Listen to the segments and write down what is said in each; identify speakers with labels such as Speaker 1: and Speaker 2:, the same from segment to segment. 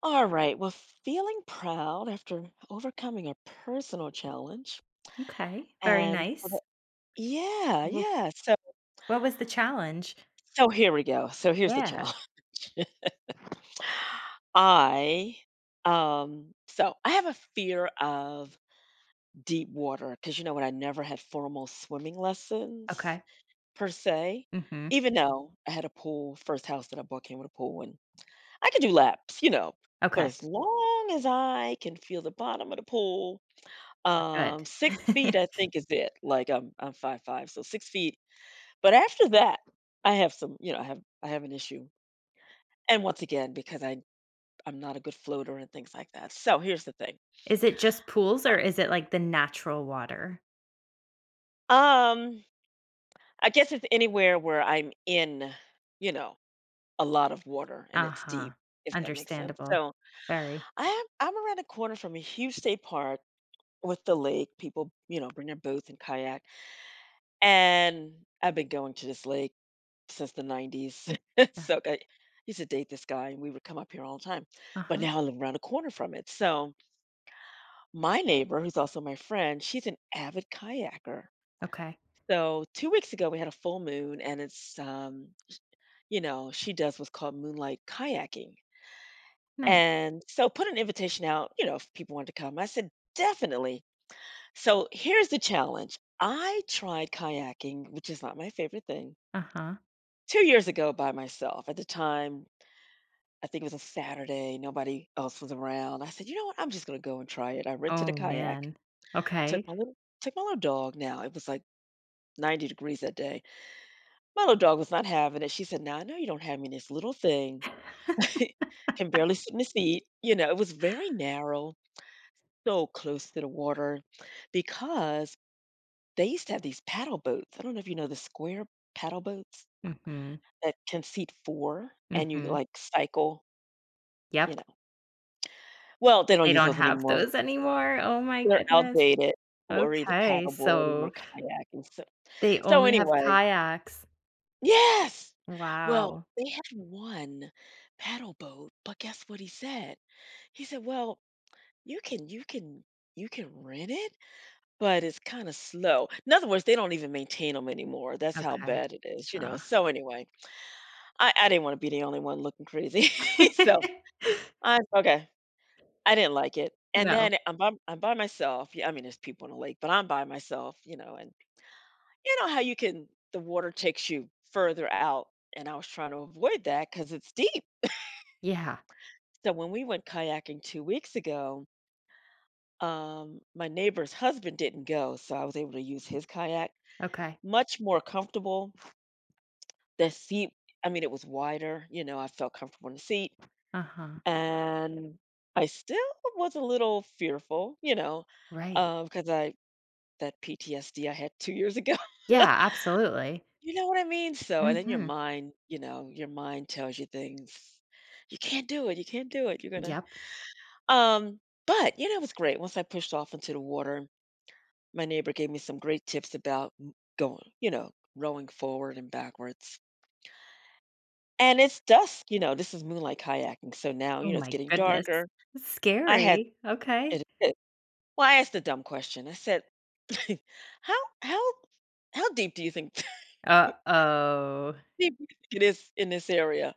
Speaker 1: All right. Well, feeling proud after overcoming a personal challenge
Speaker 2: Okay, very
Speaker 1: and
Speaker 2: nice.
Speaker 1: yeah,
Speaker 2: Wh
Speaker 1: yeah. So
Speaker 2: what was the challenge?
Speaker 1: so here we go. So here's the
Speaker 2: Yeah,
Speaker 1: challenge. I so I have a fear of deep water because you know what I never had formal swimming lessons
Speaker 2: okay.
Speaker 1: per se.
Speaker 2: Mhm.
Speaker 1: Even though I had a pool, first house that I bought came with a pool and I could do laps. But
Speaker 2: Okay,
Speaker 1: as long as I can feel the bottom of the pool,
Speaker 2: we're
Speaker 1: 6
Speaker 2: good.
Speaker 1: feet, I think, is it. Like, I'm 5 five, so 6 feet. But after that, I have some you know, I have an issue. And once again, because I'm not a good floater and things like that. So, here's the thing.
Speaker 2: Is it just pools or is it, like, the natural water?
Speaker 1: Um, I guess it's anywhere where I'm in, you know, a lot of water and it's
Speaker 2: Uh-huh,
Speaker 1: deep, if that makes sense.
Speaker 2: understandable.
Speaker 1: So,
Speaker 2: Very.
Speaker 1: I'm around a corner from a huge state park with the lake. People, bring their boats and kayak, and I've been going to this lake since the 90s.
Speaker 2: Yeah,
Speaker 1: So I used to date this guy and we would come up here all the time. But
Speaker 2: uh-huh,
Speaker 1: now I live around the corner from it. So my neighbor, who's also my friend, she's an avid kayaker.
Speaker 2: okay.
Speaker 1: So 2 weeks ago we had a full moon and she does what's called moonlight kayaking.
Speaker 2: Nice.
Speaker 1: And so put an invitation out, if people want to come. I said, definitely. So here's the challenge. I tried kayaking, which is not my favorite thing,
Speaker 2: Uh-huh.
Speaker 1: 2 years ago by myself. At the time, I think it was a Saturday, nobody else was around. I said, "You know what? I'm just gonna go and try it." I rented a
Speaker 2: Oh,
Speaker 1: kayak,
Speaker 2: man.
Speaker 1: took
Speaker 2: Okay.
Speaker 1: my little took my little dog. Now, it was like 90 degrees that day. My little dog was not having it. She said, "Now, I know you don't have me in this little thing." Can barely sit in the seat, it was very narrow, so close to the water because they used to have these paddle boats. I don't know if you know the square paddle boats
Speaker 2: Mhm,
Speaker 1: that can seat 4 and you,
Speaker 2: mhm.
Speaker 1: like, cycle, you
Speaker 2: Yep,
Speaker 1: know well, they don't
Speaker 2: they
Speaker 1: use
Speaker 2: don't
Speaker 1: those
Speaker 2: have
Speaker 1: anymore.
Speaker 2: those anymore, oh my
Speaker 1: They're
Speaker 2: goodness.
Speaker 1: outdated, or either
Speaker 2: Okay,
Speaker 1: paddleboarding or
Speaker 2: so
Speaker 1: kayaking, so
Speaker 2: they
Speaker 1: so
Speaker 2: only have
Speaker 1: anyway
Speaker 2: kayaks.
Speaker 1: Yes! Well,
Speaker 2: Wow,
Speaker 1: they had one paddle boat, but guess what he said? He said, "Well, you can you can you can rent it, but it's kinda slow." In other words, they don't even maintain them anymore, that's how
Speaker 2: okay.
Speaker 1: bad it is,
Speaker 2: Ugh.
Speaker 1: so anyway, I didn't wanna be the only one looking crazy, so I okay, I didn't like it, and
Speaker 2: No.
Speaker 1: then I'm by myself, yeah, I mean, there's people on the lake, but I'm by myself, and you know how you can the water takes you further out, and I was trying to avoid that because it's deep.
Speaker 2: Yeah.
Speaker 1: So when we went kayaking 2 weeks ago, my neighbor's husband didn't go, so I was able to use his kayak.
Speaker 2: Okay.
Speaker 1: Much more comfortable, the seat. I mean, it was wider, I felt comfortable in the seat.
Speaker 2: Uh-huh.
Speaker 1: And I still was a little fearful,
Speaker 2: Right.
Speaker 1: because I that PTSD I had 2 years ago.
Speaker 2: Yeah, absolutely.
Speaker 1: You know what I mean? So, and then your
Speaker 2: Mhm.
Speaker 1: mind, your mind tells you things. You can't do it. You can't do it. You're gonna.
Speaker 2: Yep.
Speaker 1: Um, but it was great. Once I pushed off into the water, my neighbor gave me some great tips about going, rowing forward and backwards. And it's dusk. This is moonlight kayaking. So now,
Speaker 2: Oh
Speaker 1: it's
Speaker 2: my
Speaker 1: getting
Speaker 2: goodness.
Speaker 1: darker. I had
Speaker 2: Scary. Okay.
Speaker 1: it. It- Well, I asked a dumb question. I said, "How how how deep do you think
Speaker 2: Uh-oh.
Speaker 1: deep do you think it is in this area?"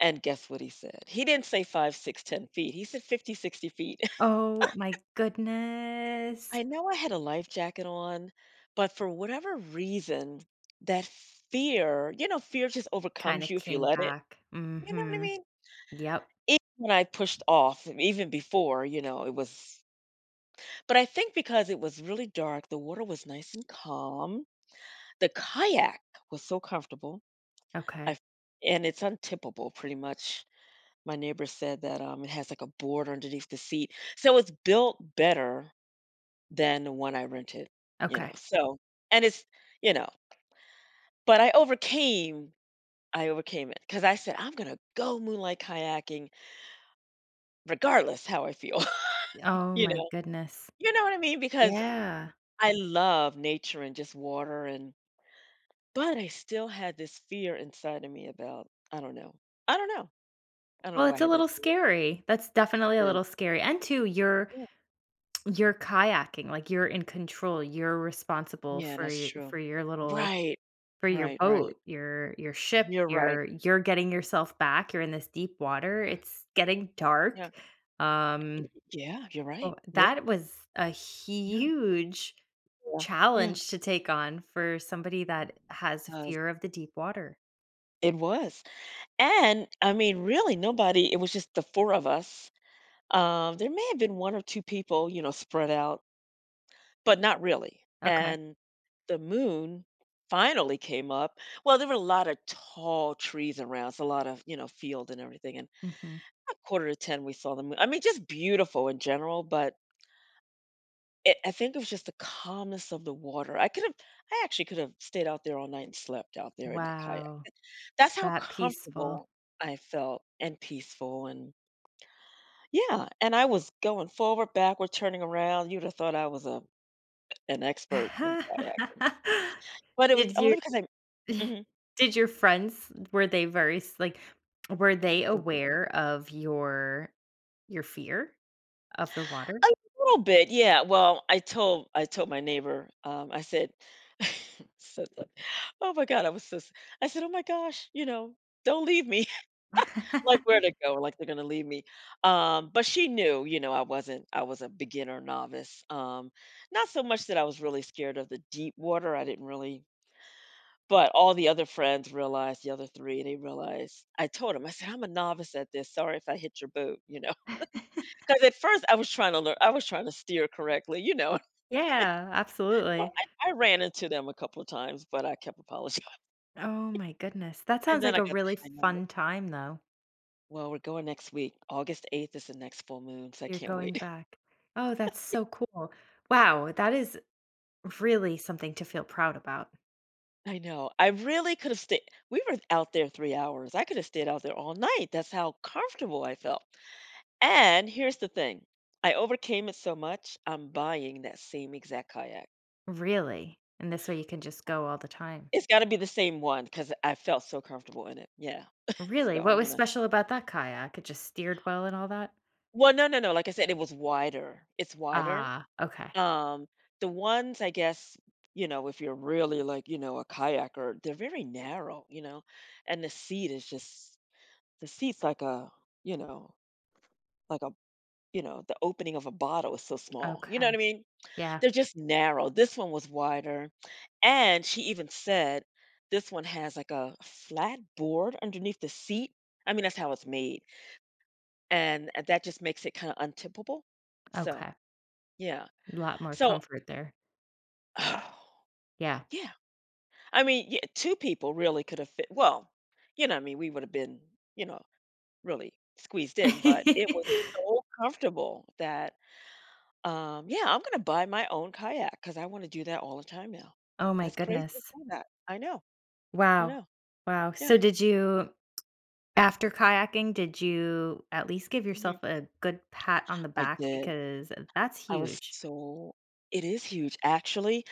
Speaker 1: And guess what he said? He didn't say 5, 6, 10 feet. He said 50, 60 feet.
Speaker 2: Oh my goodness.
Speaker 1: I know I had a life jacket on, but for whatever reason, that fear, fear just
Speaker 2: Kinda
Speaker 1: overcomes you if you
Speaker 2: came
Speaker 1: let it.
Speaker 2: back.
Speaker 1: You know what I
Speaker 2: Mhm.
Speaker 1: mean?
Speaker 2: Yep.
Speaker 1: Even when I pushed off, and even before, you know, it was but I think because it was really dark, the water was nice and calm. The kayak was so comfortable. I
Speaker 2: Okay.
Speaker 1: And it's untippable pretty much. My neighbor said that, it has, like, a board underneath the seat, so it's built better than the one I rented,
Speaker 2: Okay.
Speaker 1: so and it's you know, but I overcame it because I said, "I'm gonna go moonlight kayaking regardless how I feel,"
Speaker 2: Oh
Speaker 1: you
Speaker 2: my
Speaker 1: know?
Speaker 2: goodness.
Speaker 1: You know what I mean? Because
Speaker 2: Yeah.
Speaker 1: I love nature and just water and but I still had this fear inside of me about I don't know. I don't know. I don't know
Speaker 2: Well,
Speaker 1: why I
Speaker 2: it's a
Speaker 1: had that
Speaker 2: little
Speaker 1: fear.
Speaker 2: scary. That's
Speaker 1: I
Speaker 2: definitely a
Speaker 1: did.
Speaker 2: little scary. And 2, you're
Speaker 1: Yeah.
Speaker 2: You're kayaking, like, you're in control, you're responsible
Speaker 1: Yeah,
Speaker 2: for
Speaker 1: that's
Speaker 2: your for
Speaker 1: true.
Speaker 2: your little
Speaker 1: Right.
Speaker 2: for your
Speaker 1: Right, right.
Speaker 2: boat, your ship,
Speaker 1: You're right.
Speaker 2: you're getting yourself back, you're in this deep water,
Speaker 1: Yeah,
Speaker 2: it's getting dark,
Speaker 1: yeah.
Speaker 2: um,
Speaker 1: Yeah, you're
Speaker 2: oh,
Speaker 1: right. Yeah,
Speaker 2: that was a
Speaker 1: yeah,
Speaker 2: huge
Speaker 1: yeah, yeah.
Speaker 2: challenge to take on for somebody that has a
Speaker 1: Uh,
Speaker 2: fear of the deep water.
Speaker 1: it was, and I mean, really, nobody. It was just the four of us. There may have been one or two people, spread out, but not really.
Speaker 2: Okay.
Speaker 1: And the moon finally came up. Well, there were a lot of tall trees around, so a lot of field and everything. And
Speaker 2: Mhm.
Speaker 1: a quarter to ten, we saw the moon. I mean, just beautiful in general, but It I think it was just the calmness of the water. I actually could've stayed out there all night and slept out there in that kayak.
Speaker 2: Wow,
Speaker 1: That's how
Speaker 2: that peaceful.
Speaker 1: comfortable I felt and peaceful. And yeah, and I was going forward, backward, turning around. You'd have thought I was a an expert in kayaking, but it was
Speaker 2: Did you
Speaker 1: only because I mhm.
Speaker 2: Did your friends were they very s like, were they, mhm, aware of your fear of the water?
Speaker 1: A little bit, yeah. Well, I told my neighbor, I said said like, "Oh my god," I was so s I said, "Oh my gosh," "don't leave me." Like, where to go, like, they're gonna leave me. But she knew, I wasn't I was a beginner novice. Not so much that I was really scared of the deep water, I didn't really, but all the other friends realized, the other 3, they realized I told them. I said, "I'm a novice at this, sorry if I hit your boat," you know." Because at first I was trying to steer correctly, you know?
Speaker 2: Yeah,
Speaker 1: Well,
Speaker 2: absolutely.
Speaker 1: I ran into them a couple of times, but I kept apologizing.
Speaker 2: Oh my goodness. That
Speaker 1: And
Speaker 2: sounds
Speaker 1: then
Speaker 2: like
Speaker 1: I
Speaker 2: a
Speaker 1: got the
Speaker 2: really
Speaker 1: hang of it.
Speaker 2: fun time, though.
Speaker 1: Well, we're going next week. August 8th is the next full moon, so I
Speaker 2: You're
Speaker 1: can't
Speaker 2: going
Speaker 1: wait.
Speaker 2: back. Oh, that's so cool. Wow, that is really something to feel proud about.
Speaker 1: I know. I really could have stayed. We were out there 3 hours. I could have stayed out there all night. That's how comfortable I felt. And here's the thing, I overcame it so much, I'm buying that same exact kayak.
Speaker 2: Really. And this way you can just go all the time.
Speaker 1: It's got to be the same one because I felt so comfortable in it. Yeah.
Speaker 2: Really?
Speaker 1: So
Speaker 2: What
Speaker 1: I'm
Speaker 2: was
Speaker 1: going to.
Speaker 2: special about that kayak? It just steered well and all that?
Speaker 1: Well, no, no, no. Like I said, it was wider. It's wider.
Speaker 2: Ah, okay.
Speaker 1: Um, the ones, I guess, if you're really, like, a kayaker, they're very narrow, and the seat's like a, you know, like a, the opening of a bottle is so small, you know what I
Speaker 2: Okay.
Speaker 1: mean.
Speaker 2: Yeah.
Speaker 1: They're just narrow. This one was wider. And she even said this one has, like, a flat board underneath the seat. I mean, that's how it's made. And that just makes it kind of untippable, so
Speaker 2: Okay.
Speaker 1: yeah.
Speaker 2: A lot more
Speaker 1: So
Speaker 2: comfort there. Yeah.
Speaker 1: yeah. I mean, yeah, two people really could have fit well, you know what I mean. We would have been, you know really squeezed in, but it was so comfortable that yeah, I'm gonna buy my own kayak because I wanna do that all the time now.
Speaker 2: Oh my
Speaker 1: That's crazy to
Speaker 2: goodness.
Speaker 1: say that. I know, I
Speaker 2: Wow.
Speaker 1: know.
Speaker 2: Wow.
Speaker 1: Yeah,
Speaker 2: So did you after kayaking, did you at least give yourself
Speaker 1: mhm.
Speaker 2: a good pat on the
Speaker 1: I
Speaker 2: back
Speaker 1: did.
Speaker 2: because that's
Speaker 1: I was
Speaker 2: huge.
Speaker 1: so It is huge, actually.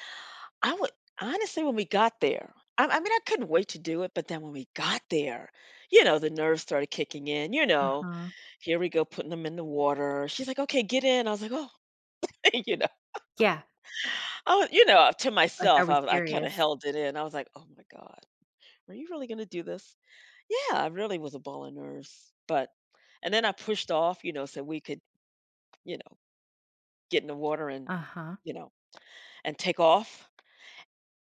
Speaker 1: I would when we got there, I mean, I couldn't wait to do it, but then when we got there, the nerves started kicking in,
Speaker 2: Uh-huh.
Speaker 1: here we go putting them in the water. She's like, "Okay, get in." I was like, "Oh," you know,
Speaker 2: Yeah.
Speaker 1: you know, to
Speaker 2: Like, are
Speaker 1: myself,
Speaker 2: we
Speaker 1: I kinda
Speaker 2: serious?
Speaker 1: held it in. I was like, "Oh my god. Are you really gonna do this?" Yeah, I really was a ball of nerves, but and then I pushed off, so we could, you know, get in the water and,
Speaker 2: Uh-huh.
Speaker 1: you know, and take off.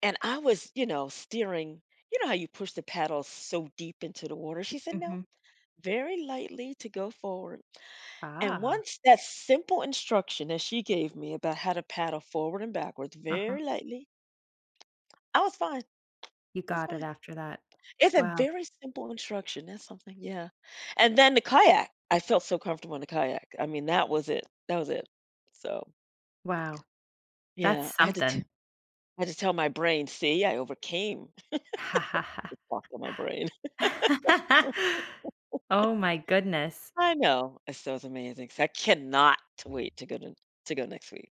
Speaker 1: And I was, steering. You know how you push the paddle so deep into the water? She said, no,
Speaker 2: Mhm.
Speaker 1: very lightly to go forward. And
Speaker 2: Ah.
Speaker 1: once that simple instruction that she gave me about how to paddle forward and backwards,
Speaker 2: Uh-huh.
Speaker 1: very lightly, I was fine.
Speaker 2: You
Speaker 1: I was
Speaker 2: got it
Speaker 1: fine.
Speaker 2: after that.
Speaker 1: It's a
Speaker 2: Wow.
Speaker 1: very simple instruction, that's something, yeah. And then the kayak, I felt so comfortable in the kayak. I mean, that was it, that was it. So,
Speaker 2: Wow. That's
Speaker 1: yeah,
Speaker 2: something.
Speaker 1: I had to tell my brain, "See, I overcame,"
Speaker 2: Ha ha
Speaker 1: talk to my brain.
Speaker 2: ha. Oh my goodness.
Speaker 1: I know, it's amazing, so I cannot wait to go to go next week.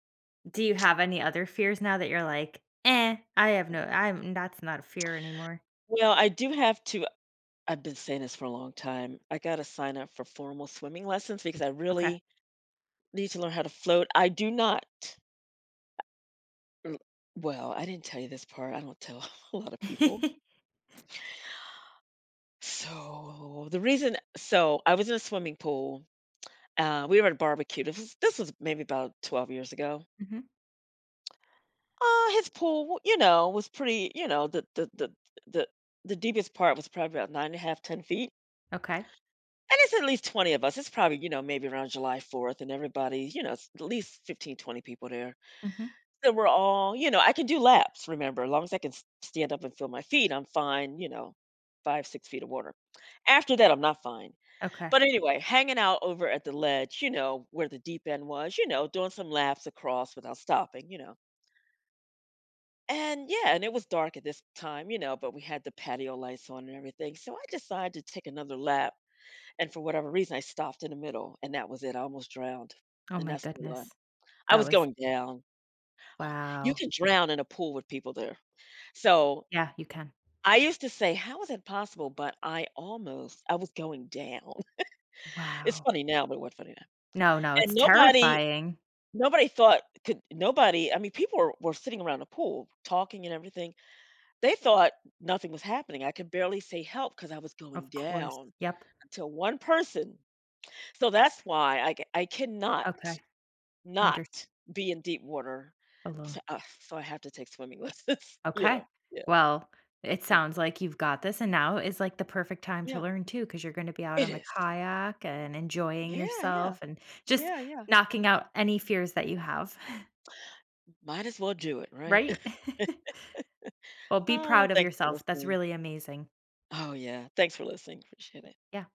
Speaker 2: Do you have any other fears now that you're like, "Eh, I have no I'm that's not a fear anymore."
Speaker 1: Well, I do have to I've been saying this for a long time, I gotta sign up for formal swimming lessons because I
Speaker 2: Okay.
Speaker 1: really need to learn how to float. I do not. L well, I didn't tell you this part, I don't tell a lot of people. So the reason so I was in a swimming pool. We were at a barbecue. This was maybe about 12 years ago.
Speaker 2: Mhm.
Speaker 1: His pool, was pretty, the the deepest part was probably about nine and a half, 10 feet.
Speaker 2: Okay.
Speaker 1: And it's at least 20 of us. It's probably, maybe around July 4th, and everybody, it's at least 15, 20 people there.
Speaker 2: Mhm.
Speaker 1: So we're all, I can do laps, remember, as long as I can stand up and feel my feet, I'm fine, 5, 6 feet of water. After that, I'm not fine.
Speaker 2: Okay.
Speaker 1: But anyway, hanging out over at the ledge, where the deep end was, doing some laps across without stopping. And yeah, and it was dark at this time, but we had the patio lights on and everything. So I decided to take another lap. And for whatever reason, I stopped in the middle and that was it. I almost drowned.
Speaker 2: Oh
Speaker 1: And
Speaker 2: my
Speaker 1: that's the lie.
Speaker 2: goodness.
Speaker 1: I
Speaker 2: That
Speaker 1: was
Speaker 2: was
Speaker 1: going down. Oh, you
Speaker 2: wow.
Speaker 1: can drown in a pool with people there. So
Speaker 2: Yeah, you can.
Speaker 1: I used to say, how is that possible? But I was going down. It's
Speaker 2: Wow.
Speaker 1: funny now, but it wasn't funny then.
Speaker 2: No, no, it's
Speaker 1: And nobody
Speaker 2: terrifying.
Speaker 1: Nobody thought could nobody I mean, people were sitting around the pool talking and everything. They thought nothing was happening. I could barely say help because I was going
Speaker 2: Of course.
Speaker 1: down
Speaker 2: Yep.
Speaker 1: until one person. So that's why I I cannot
Speaker 2: Okay.
Speaker 1: not
Speaker 2: Unders
Speaker 1: be in deep water.
Speaker 2: alone.
Speaker 1: So I have to take swimming lessons, you
Speaker 2: Okay.
Speaker 1: know? Yeah,
Speaker 2: Well, it
Speaker 1: yeah,
Speaker 2: sounds like you've got this, and now is like the perfect time to
Speaker 1: yeah.
Speaker 2: learn too, because you 'cause you're gonna be out
Speaker 1: It
Speaker 2: on the
Speaker 1: is.
Speaker 2: kayak and enjoying
Speaker 1: Yeah, yeah.
Speaker 2: yourself and just
Speaker 1: Yeah, yeah.
Speaker 2: knocking out any fears that you have,
Speaker 1: Might as well do it, right?
Speaker 2: right? Well, be
Speaker 1: Oh,
Speaker 2: proud of
Speaker 1: thanks for
Speaker 2: yourself. That's
Speaker 1: listening.
Speaker 2: really amazing.
Speaker 1: Oh, yeah. Thanks for listening. Appreciate it.
Speaker 2: Yeah.